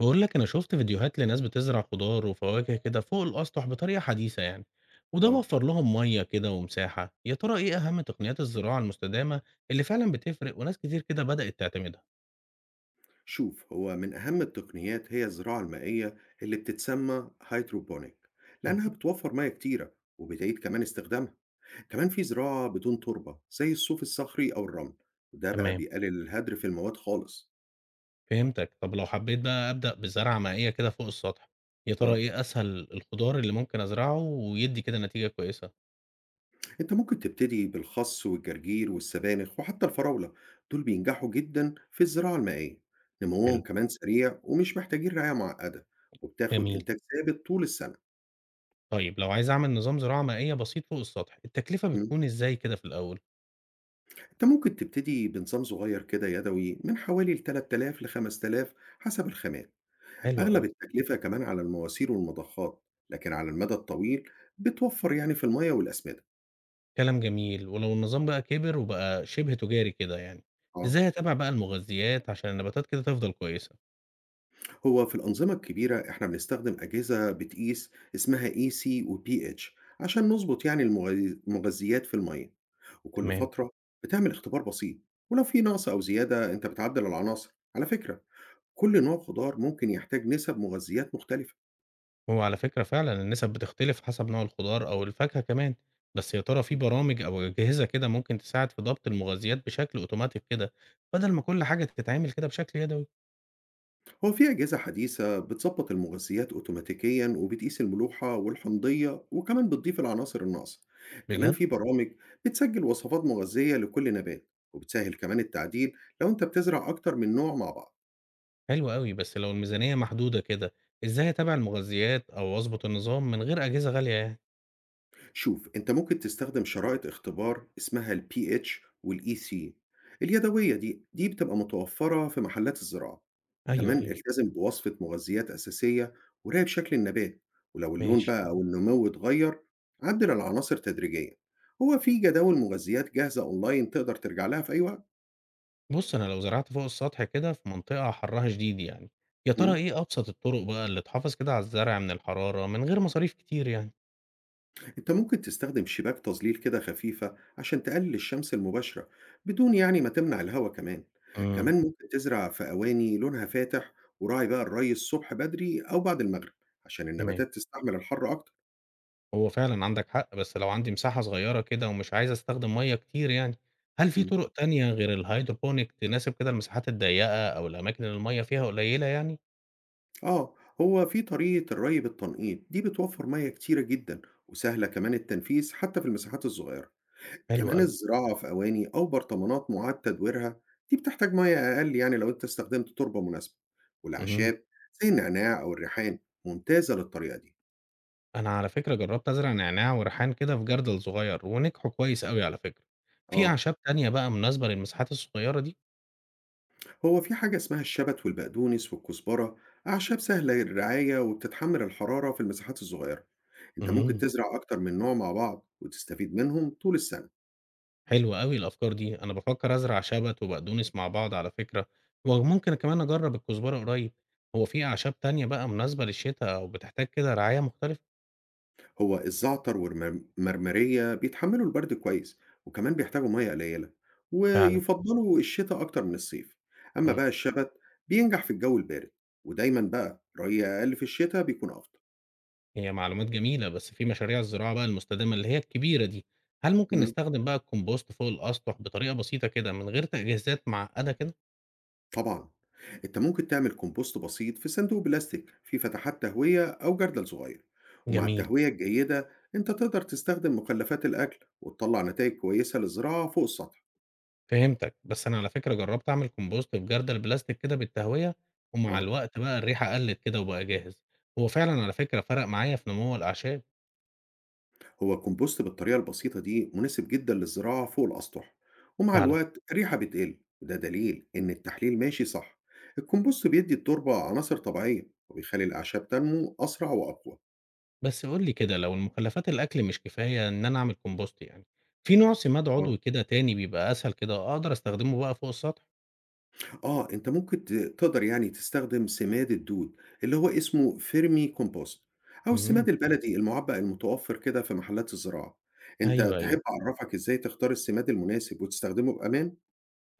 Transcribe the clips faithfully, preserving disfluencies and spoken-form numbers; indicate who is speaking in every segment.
Speaker 1: بقول لك أنا شُفت فيديوهات لناس بتزرع خضار وفواكه كده فوق الأسطح بطريقة حديثة يعني، وده
Speaker 2: آه،
Speaker 1: وفّر لهم مَيّة كده ومساحة، يا ترى إيه أهم تقنيات الزراعة المستدامة اللي فعلًا بتفرق وناس كتير كده بدأت تعتمدها؟
Speaker 2: شوف، هو من أهم التقنيات هي الزراعة المائية اللي بتتسمى هيدروبونيك، لأنها
Speaker 1: اهم،
Speaker 2: بتوفر مياه كتيرة وبتعيد كمان استخدامها. كمان في زراعة بدون تربة زي الصوف الصخري أو الرمل، وده بقى
Speaker 1: تمام،
Speaker 2: بيقلل الهدر في المواد خالص.
Speaker 1: فهمتك، طب لو حبيت بقى أبدأ بزرعة مائية كده فوق السطح، يا ترى
Speaker 2: آه،
Speaker 1: إيه أسهل الخضار اللي ممكن أزرعه ويدّي كده نتيجة كويسة؟
Speaker 2: أنت ممكن تبتدي بالخس والجرجير والسبانخ وحتى الفراولة، دول بينجحوا جدا في الزراعة المائية. نموهم
Speaker 1: حلو،
Speaker 2: كمان سريع ومش محتاجين رعاية معقدة، وبتاخد
Speaker 1: جميل،
Speaker 2: إنتاج ثابت طول السنة.
Speaker 1: طيب لو عايز أعمل نظام زراعة مائية بسيط فوق السطح، التكلفة بتكون إزاي كده في الأول؟
Speaker 2: أنت ممكن تبتدي بنظام صغير كده يدوي من حوالي ثلاثة آلاف ل خمس آلاف حسب الخامات.
Speaker 1: حلو
Speaker 2: أغلب
Speaker 1: أوي.
Speaker 2: التكلفة كمان على المواسير والمضخات، لكن على المدى الطويل بتوفر يعني في المية والأسمدة.
Speaker 1: كلام جميل، ولو النظام بقى كبر وبقى شبه تجاري كده يعني،
Speaker 2: آه،
Speaker 1: إزاي أتابع بقى المغذيات عشان النباتات كده تفضل كويسة؟
Speaker 2: هو في الأنظمة الكبيرة إحنا بنستخدم أجهزة بتقيس اسمها E C و P H عشان نظبط يعني المغذي- المغذيات في المية، وكل
Speaker 1: تمام،
Speaker 2: فترة بتعمل اختبار بسيط، ولو في نقص أو زيادة أنت بتعدل العناصر. على فكرة كل نوع خضار ممكن يحتاج نسب مغذيات مختلفة.
Speaker 1: هو على فكرة فعلًا النسب بتختلف حسب نوع الخضار أو الفاكهة كمان، بس يا ترى في برامج أو أجهزة كده ممكن تساعد في ضبط المغذيات بشكل أوتوماتيك كده، بدل ما كل حاجة تتعمل كده بشكل يدوي؟
Speaker 2: هو في أجهزة حديثة بتظبط المغذيات أوتوماتيكيا وبتقيس الملوحة والحمضية وكمان بتضيف العناصر الناقصة. كمان
Speaker 1: بجد؟
Speaker 2: في برامج بتسجل وصفات مغذية لكل نبات وبتسهل كمان التعديل لو أنت بتزرع أكتر من نوع مع بعض.
Speaker 1: حلو أوي، بس لو الميزانية محدودة كده، إزاي أتابع المغذيات أو أضبط النظام من غير أجهزة غالية يعني؟
Speaker 2: شوف، انت ممكن تستخدم شرائط اختبار اسمها ال pH وال E C اليدوية دي دي بتبقى متوفرة في محلات الزراعة.
Speaker 1: أيوه،
Speaker 2: كمان تمام
Speaker 1: أيوه،
Speaker 2: التزم بوصفة مغذيات أساسية وراقب شكل النبات، ولو اللون
Speaker 1: ماشي.
Speaker 2: بقى مم. أو النمو اتغير، عدل العناصر تدريجيا. هو في جداول مغذيات جاهزة أونلاين تقدر ترجع لها في أي وقت.
Speaker 1: بُص، أنا لو زرعت فوق السطح كده في منطقة حرها شديد يعني، يا ترى
Speaker 2: مم.
Speaker 1: إيه أبسط الطرق بقى اللي تحافظ كده على الزرع من الحرارة من غير مصاريف كتير يعني؟
Speaker 2: انت ممكن تستخدم شباك تظليل كده خفيفة عشان تقلل الشمس المباشرة بدون يعني ما تمنع الهواء كمان.
Speaker 1: إمم،
Speaker 2: كمان ممكن تزرع في أواني لونها فاتح، وراعي بقى الري الصبح بدري أو بعد المغرب عشان
Speaker 1: تمام،
Speaker 2: النباتات تستحمل الحر أكتر.
Speaker 1: هو فعلًا عندك حق، بس لو عندي مساحة صغيرة كده ومش عايز أستخدم مَيّة كتير يعني، هل في
Speaker 2: مم.
Speaker 1: طرق تانية غير الهيدروبونيك تناسب كده المساحات الضيقة أو الأماكن اللي المَيّة فيها قليلة يعني؟
Speaker 2: آه، هو في طريقة الري بالتنقيط دي بتوفر مياه كتيرة جدا وسهلة كمان التنفيذ حتى في المساحات الصغيرة.
Speaker 1: حلو
Speaker 2: كمان
Speaker 1: أوي،
Speaker 2: الزراعة في أواني أو برطمانات معاد تدويرها دي بتحتاج مية أقل يعني لو أنت استخدمت تربة مناسبة.
Speaker 1: اهم،
Speaker 2: والأعشاب زي النعناع أو الريحان ممتازة للطريقة دي.
Speaker 1: أنا على فكرة جربت أزرع نعناع وريحان كده في جردل صغير ونجحوا كويس أوي على فكرة، في
Speaker 2: آه،
Speaker 1: أعشاب تانية بقى مناسبة للمساحات الصغيرة دي؟
Speaker 2: هو في حاجة اسمها الشبت والبقدونس والكزبرة، أعشاب سهلة الرعاية وبتتحمل الحرارة في المساحات الصغيرة. أنت ممكن
Speaker 1: اهم.
Speaker 2: تزرع أكتر من نوع مع بعض وتستفيد منهم طول السنة.
Speaker 1: حلو أوي الأفكار دي، أنا بافكر أزرع شبت وبقدونس مع بعض على فكرة، وممكن كمان أجرب الكزبرة قريب، هو في أعشاب تانية بقى مناسبة للشتا أو بتحتاج كده رعاية مختلفة؟
Speaker 2: هو الزعتر والمرمرية بيتحملوا البرد كويس، وكمان بيحتاجوا مية قليلة
Speaker 1: فعلا.
Speaker 2: ويفضلوا الشتاء أكتر من الصيف. أما
Speaker 1: مم.
Speaker 2: بقى الشبت بينجح في الجو البارد، ودايما بقى ري أقل في الشتاء بيكون أفضل.
Speaker 1: هي معلومات جميلة، بس في مشاريع الزراعة بقى المستدامة اللي هي الكبيرة دي، هل ممكن
Speaker 2: مم،
Speaker 1: نستخدم بقى الكمبوست فوق الأسطح بطريقة بسيطة كده من غير تجهيزات معقدة كده؟
Speaker 2: طبعا أنت ممكن تعمل كومبوست بسيط في صندوق بلاستيك فيه فتحات تهوية أو جردل صغير. ومع
Speaker 1: جميل.
Speaker 2: التهوية الجيدة أنت تقدر تستخدم مخلفات الأكل وتطلع نتائج كويسة للزراعة فوق السطح.
Speaker 1: فهمتك، بس أنا على فكرة جربت أعمل كومبوست في جردل بلاستيك كده بالتهوية، ومع
Speaker 2: آه،
Speaker 1: الوقت بقى الريحة قلت كده وبقى جاهز، هو فعلا على فكرة فرق معايا في نمو الأعشاب.
Speaker 2: هو الكومبوست بالطريقة البسيطة دي مناسب جدا للزراعة فوق الأسطح، ومع
Speaker 1: فعلًا.
Speaker 2: الوقت الريحة بتقل وده دليل إن التحليل ماشي صح. الكومبوست بيدي التربة عناصر طبيعية وبيخلي الأعشاب تنمو أسرع وأقوى.
Speaker 1: بس قُل لي كده لو المخلّفات الأكل مش كفاية إن أنا أعمل كومبوست يعني، في نوع سماد
Speaker 2: آه،
Speaker 1: عضوي كده تاني بيبقى أسهل كده أقدر أستخدمه بقى فوق السطح؟
Speaker 2: آه، أنت ممكن ت- تقدر يعني تستخدم سماد الدود اللي هو اسمه فيرمي كومبوست، أو السماد
Speaker 1: إمم.
Speaker 2: البلدي المعبأ المتوفر كده في محلات الزراعة. أنت
Speaker 1: أيوه، أيوه.
Speaker 2: تحب أعرفك إزاي تختار السماد المناسب وتستخدمه بأمان؟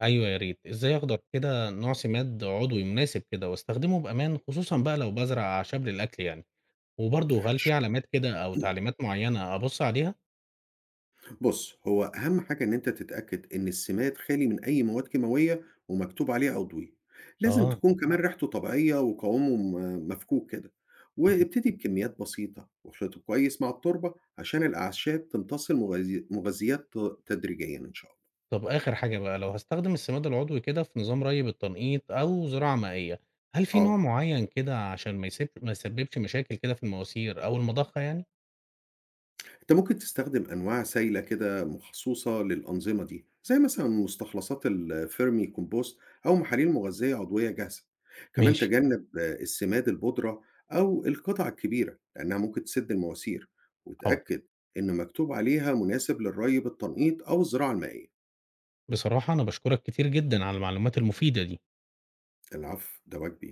Speaker 1: أيوه يا ريت. إزاي أقدر كده نوع سماد عضوي مناسب كده وأستخدمه بأمان خصوصًا بقى لو بازرع أعشاب للأكل يعني؟ وبرضه هل في علامات كده أو تعليمات معيّنة أبُص عليها؟
Speaker 2: بُص، هو أهم حاجة إن أنت تتأكد إن السماد خالي من أي مواد كيماوية ومكتوب عليه عضوي. لازم
Speaker 1: آه.
Speaker 2: تكون كمان آه. ريحته طبيعية وقوامه م مفكوك كده، وابتدي بكميات بسيطة واخلطه كويس مع التربة عشان الأعشاب تمتص المغذي مغذيات ت تدريجيًا إن شاء الله.
Speaker 1: طب آخر حاجة بقى، لو هاستخدم السماد العضوي كده في نظام ري بالتنقيط أو زراعة مائية، هل في نوع
Speaker 2: آه.
Speaker 1: معين كده عشان ما يسب ما يسببش مشاكل كده في المواسير أو المضخة يعني؟
Speaker 2: أنت ممكن تستخدم أنواع سايلة كده مخصوصة للأنظمة دي زي مثلا مستخلصات الفيرمي كومبوست، أو محاليل مغذية عضوية جاهزة. كمان
Speaker 1: ماشي.
Speaker 2: تجنب آه، السماد البودرة أو القطع الكبيرة لأنها ممكن تسد المواسير،
Speaker 1: حاضر.
Speaker 2: وتأكد إن مكتوب عليها مناسب للري بالتنقيط أو الزراعة المائية.
Speaker 1: بصراحة أنا بشكرك كتير جدا على المعلومات المفيدة دي.
Speaker 2: العفو، ده واجبي.